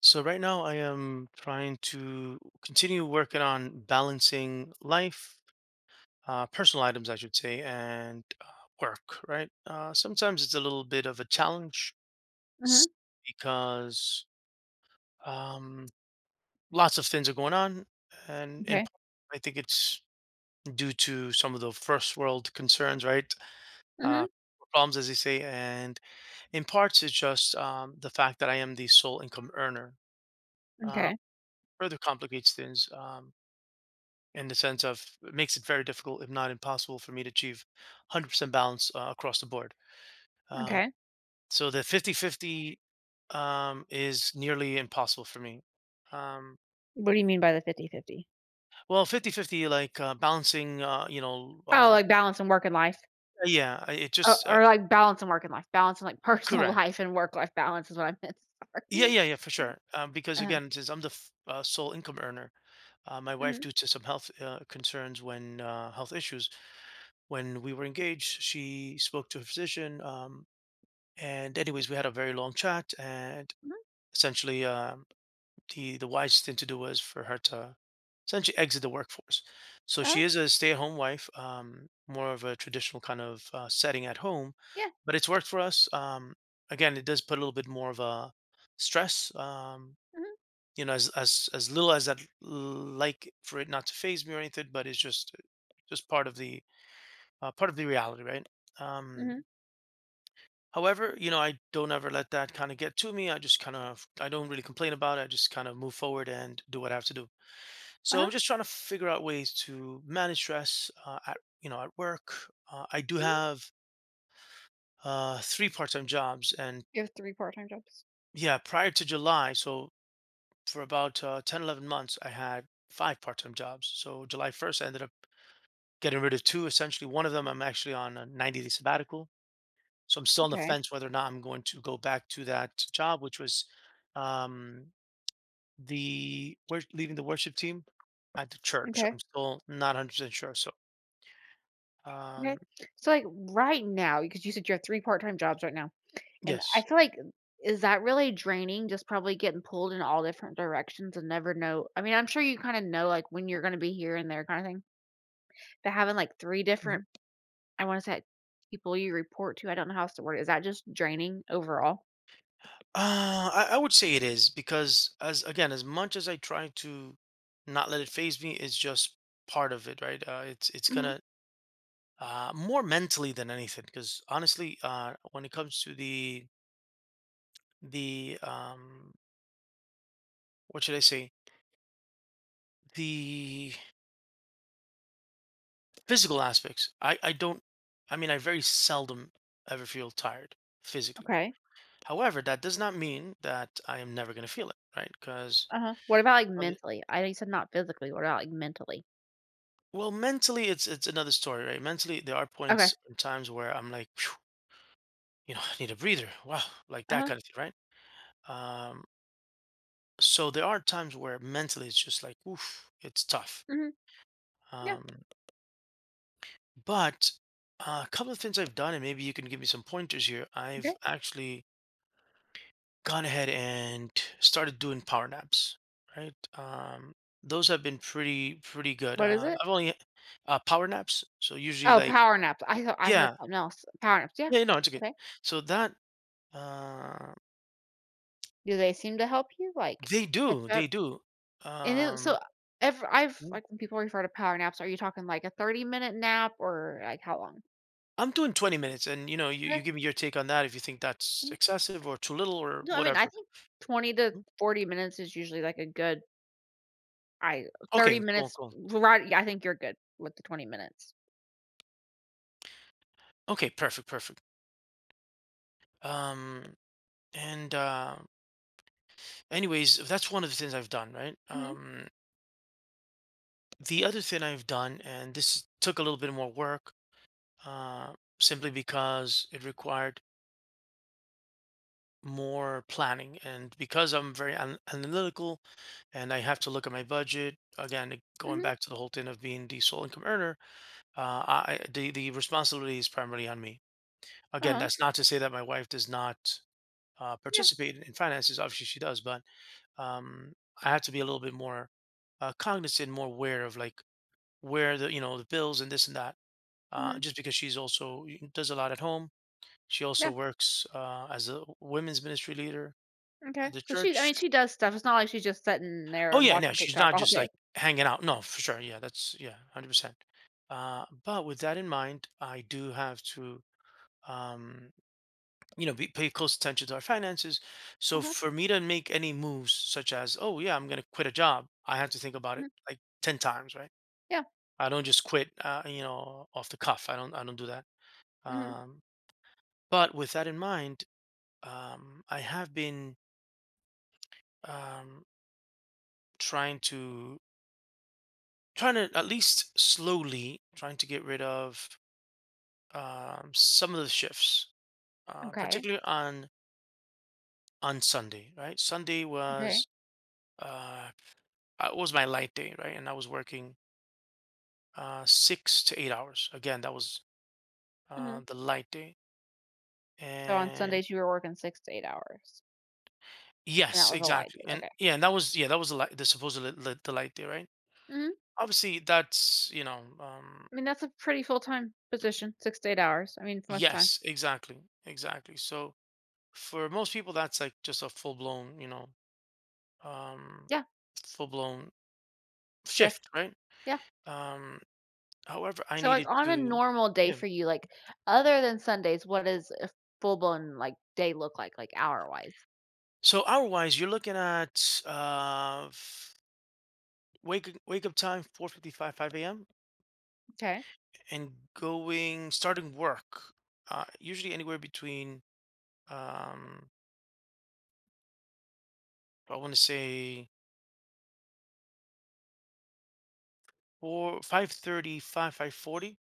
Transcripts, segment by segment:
So right now I am trying to continue working on balancing life, personal items, I should say, and work, right? Sometimes it's a little bit of a challenge Mhm. S- because um, lots of things are going on. And in Okay. part, I think it's due to some of the first world concerns, right? Uh, Mhm. problems, as they say. And in parts, it's just the fact that I am the sole income earner uh, Okay. further complicates things. In the sense of it makes it very difficult, if not impossible, for me to achieve 100% balance across the board. Uh, Okay. so the 50/50 is nearly impossible for me. Um, What do you mean by the fifty-fifty? well, 50/50, like balancing, Oh, like balance and work and life. yeah, it Oh, just, or like balance and work and life. Balance and like personal correct. life and work life balance is what I meant. Yeah, Sorry. yeah, yeah, for sure. Because Um, again, since I'm the sole income earner, my wife, mhm. due to some health concerns, when health issues, when we were engaged, she spoke to a physician. And anyways, we had a very long chat, and Mhm. essentially, the wisest thing to do was for her to essentially exit the workforce. So Uh-huh. she is a stay-at-home wife, more of a traditional kind of setting at home, Yeah. but it's worked for us. Again, it does put a little bit more of a stress. Um, Mhm. you know, as as as little as I'd like for it not to phase me or anything, but it's just part of the reality, right? Um, Mhm. However, I don't ever let that kinda get to me. I just kind of I don't really complain about it. I just kind of move forward and do what I have to do. So Uh-huh. I'm just trying to figure out ways to manage stress, at work. I do Mhm. have, 3 part-time jobs, and You have three part-time jobs. yeah, prior to July, so for about, 10, 11 months, I had 5 part-time jobs. So July 1st, I ended up getting rid of 2, essentially. One of them, I'm actually on a 90-day sabbatical. So I'm still on the Okay. fence whether or not I'm going to go back to that job, which was um, leaving the worship team at the church. Okay. I'm still not 100% sure. Okay. um, So, like, right now, because you said you have three part-time jobs right now, and I yes. feel like, is that really draining? Just probably getting pulled in all different directions and never know, I mean, I'm sure you kinda know, like, when you're gonna be here and there, kinda thing? But having, like, three different, Mhm. I wanna say, people you report to. I don't know how else to word it. Is that just draining overall? I would say it is because, as again, as much as I try to not let it phase me, it's just part of it, right? It's Mhm. gonna, more mentally than anything, because honestly, when it comes to the, what should I say, the physical aspects. I don't, I mean, I very seldom ever feel tired physically. Okay. However, that does not mean that I am never going to feel it, right? Because, Uh-huh. What about, like, mentally? I know you said not physically. What about, like, mentally? well, mentally, it's another story, right? Mentally, there are Okay. points and times where I'm like, "Phew, you know, I need a breather. Wow," like that Uh-huh. kind of thing, right? Um, so there are times where mentally it's just like, oof, it's tough. Mhm. Yeah. Um, but a couple of things I've done, and maybe you can give me some pointers here. Okay. I've actually gone ahead and started doing power naps. Right, those have been pretty good. What is Uh, it? I've only, power naps, so usually Oh, like, power naps. I thought I heard yeah, something else. Power naps. Yeah. yeah, no, it's okay. Okay. So that uh, Do they seem to help you, like, they catch do, up? they do. And then, Um, so every I've, Mm. like, when people refer to power naps, are you talking, like, a 30-minute nap or, like, how long? I'm doing 20 minutes, and you Okay. give me your take on that if you think that's Mhm. excessive or too little or No, I mean, I whatever. think 20 to Mm. 40 minutes is usually, like, a good I 30 Okay, cool, minutes, cool. right? Yeah, I think you're good with the 20 minutes. Okay, perfect, perfect. Um, and anyways, that's one of the things I've done, right? Mhm. The other thing I've done, and this took a little bit more work, uh, simply because it required more planning, and because I'm very analytical, and I have to look at my budget. Again, going Mhm. back to the whole thing of being the sole income earner, the responsibility is primarily on me. Again, Uh-huh. that's not to say that my wife does not Yeah. participate in finances. Obviously, she does, but um, I have to be a little bit more cognizant, more aware of, like, where the you know the bills and this and that, Mhm. just because she's also does a lot at home. She Yeah. also works as a women's ministry leader Okay. at the So she I church. mean, she does stuff. It's not like she's just sitting Oh there yeah, no, watching she's TikTok not all just day. like hanging out. No, for sure. Yeah, that's, yeah, 100%. But with that in mind, I do have to um, pay close attention to our finances. So Uh-huh. for me to make any moves, such as, oh yeah, I'm going to quit a job, I have to think about it Mhm. like 10 times, right? Yeah. I don't just quit, off the cuff. I don't. I don't do that. Mhm. Um, but with that in mind, I have been, um, trying to trying to at least slowly trying to get rid of, some of the shifts, Okay. particularly on Sunday. Right, Sunday Okay. was, uh, my light day, right, and I was working 6 to 8 hours. Again, that was Mhm. the light day, So on and, Sundays, you were working 6 to 8 hours, and that yes, was a light exactly, day, and, okay. yeah, and that was, yeah, that was the light, the supposed the light day, right? Mhm. Obviously, that's. Um, I mean, that's a pretty full-time position, 6 to 8 hours, I mean, for most time. Yes, exactly. Exactly. So for most people, that's like just a full-blown, you know, um Yeah. full-blown Shift. shift, right? Yeah. Um however, I So, like, needed on a to, normal day yeah. for you, like, other than Sundays, what does a full-blown, like, day look like, hour-wise? So hour-wise, you're looking at, wake up time 4:55, 5 a.m., Okay. and going, starting work, usually anywhere between, um I want to say, 4, 5:35, 5:40,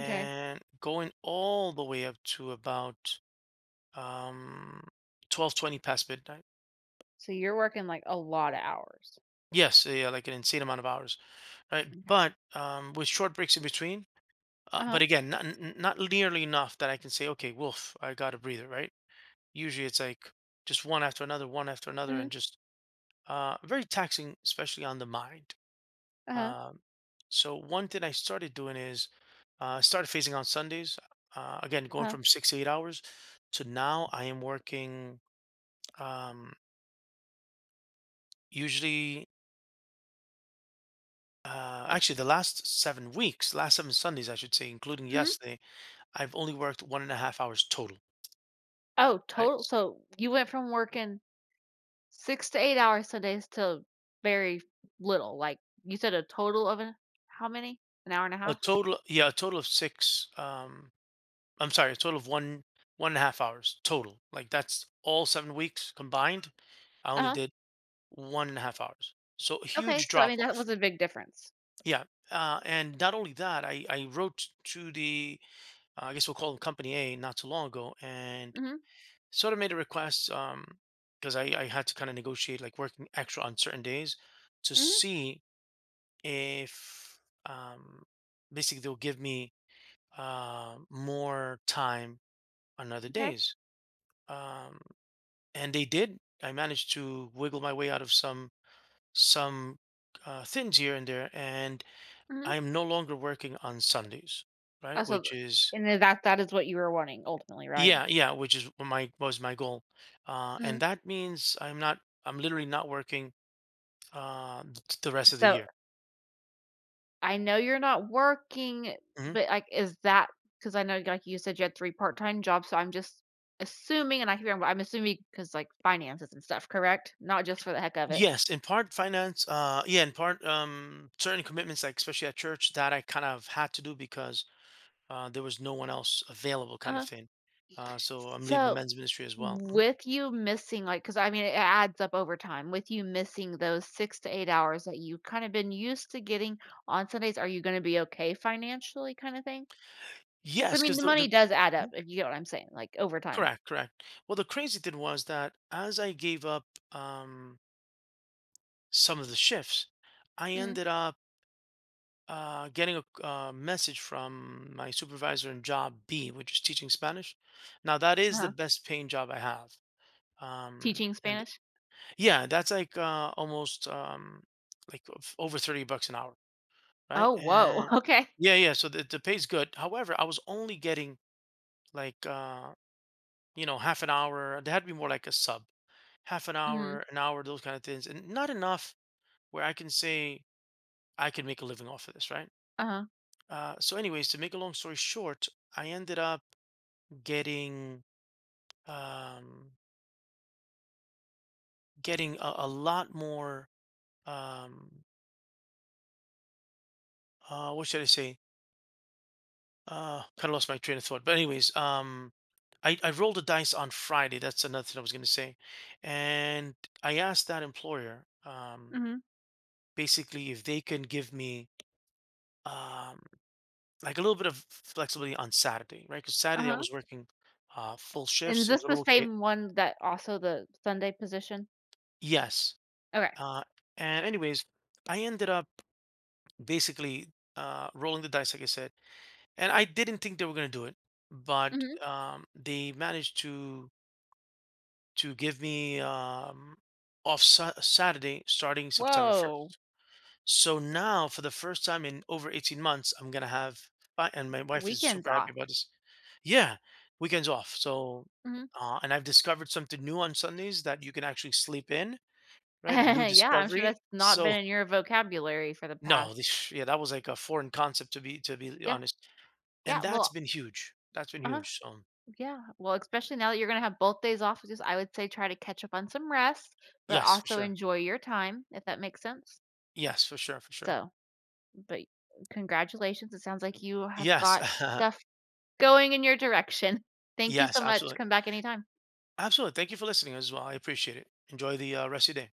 Okay. going all the way up to about, um 12:20 past midnight. So you're working, like, a lot of hours. Yes, yeah, like an insane amount of hours, right? Okay. But, with short breaks in between, but Uh-huh. again, not not nearly enough that I can say, okay, wolf, I got a breather, right? Usually it's like just one after another, Mhm. and just very taxing, especially on the mind. Uh-huh. Um so one thing I started doing is, I started phasing on Sundays. Again, going Uh-huh. from 6 to 8 hours to now, I am working, um usually, actually, the last 7 weeks, last seven Sundays, I should say, including Mhm. yesterday, I've only worked 1.5 hours total. Oh, Right? total, so you went from working 6 to 8 hours Sundays to very little, like, you said a total of an how many? An hour and a A half? total, yeah, a total of six. I'm sorry, a total of one and a half hours total. Like that's all 7 weeks combined. I only Uh-huh. did 1.5 hours. So a Okay, huge so, I mean, drop that off. was a big difference. Yeah. And not only that, I wrote to I guess we'll call them, Company A, not too long ago. And Mhm. sort of made a request, because I had to kind of negotiate, like working extra on certain days to Mhm. see if, um basically, they'll give me more time on other Okay. days, um and they did. I managed to wiggle my way out of some, some things here and there, and Mhm. I'm no longer working on Sundays, Oh, right, so, which is, and then that is what you were wanting ultimately, right? yeah, yeah, which is what my was my goal. And Mm. that means I'm not, I'm literally not working the rest of the So, year. I know you're not working, Hmm. but, like, is that because I know, like you said, you had three part-time jobs, so I'm just assuming, and I'm assuming because, like, finances and stuff, correct? Not just for the heck of it. Yes, in part finance. Yeah, in part, certain commitments, like especially at church, that I kind of had to do because, there was no one else available, kind of Uh-huh. thing. So I'm leaving the So, men's ministry as well. Mhm. with you missing, like, because, I mean, it adds up over time. With you missing those 6 to 8 hours that you've kinda been used to getting on Sundays, are you gonna be okay financially, kinda thing? Because, I Yes, mean, because the money the does add up, Mhm. if you get what I'm saying, like, over time. Correct, correct. Well, the crazy thing was that as I gave up, um, some of the shifts, I Mm. ended up, getting a, message from my supervisor in job B, which is teaching Spanish. Now that is the Uh-huh. best paying job I have. Um, Teaching and Spanish? yeah, that's like, almost, like, over $30 an hour, right? Oh, whoa. And Okay. yeah, yeah. So the pay's good. However, I was only getting like, half an hour. They had to be more like a sub, half Mhm. an hour, those kind of things, and not enough where I can say I can make a living off of this, right? Uh-huh. So, anyways, to make a long story short, I ended up getting, um, getting a, lot more. Um, what should I say? Kind of lost my train of thought. But anyways, I rolled the dice on Friday. That's another thing I was going to say, and I asked that employer, Mhm. basically if they can give me, um, like a little bit of flexibility on Saturday, right? Because Saturday I Uh-huh. was working full And is shifts. It this was a the little, okay. same one that also the Sunday position? Yes. Okay. Uh, and anyways, I ended up basically, rolling the dice, like I said, and I didn't think they were going to do it, but, Mhm. They managed to give me, off, Saturday, starting September Whoa. first. So now, for the first time in over 18 months, I'm gonna have, and my wife is Weekends super off. happy about this. Yeah, weekends off. So, Mhm. And I've discovered something new on Sundays, that you can actually sleep in, right? A new Yeah, I'm sure discovery. that's not been So, in your vocabulary for the no, past. this, yeah, that was like a foreign concept, to be Yeah. honest, and Yeah, that's well. been huge. That's been Uh-huh. huge. So, Yeah, well, especially now that you're gonna have both days off, just I would say, try to catch up on some rest, but yes, for also sure. enjoy your time, if that makes sense? Yes, for sure, for sure. So, but congratulations, it sounds like you have Yes, got stuff going in your direction. Thank you yes, so much. absolutely, Come back anytime. absolutely. Thank you for listening as well. I appreciate it. Enjoy the rest of your day.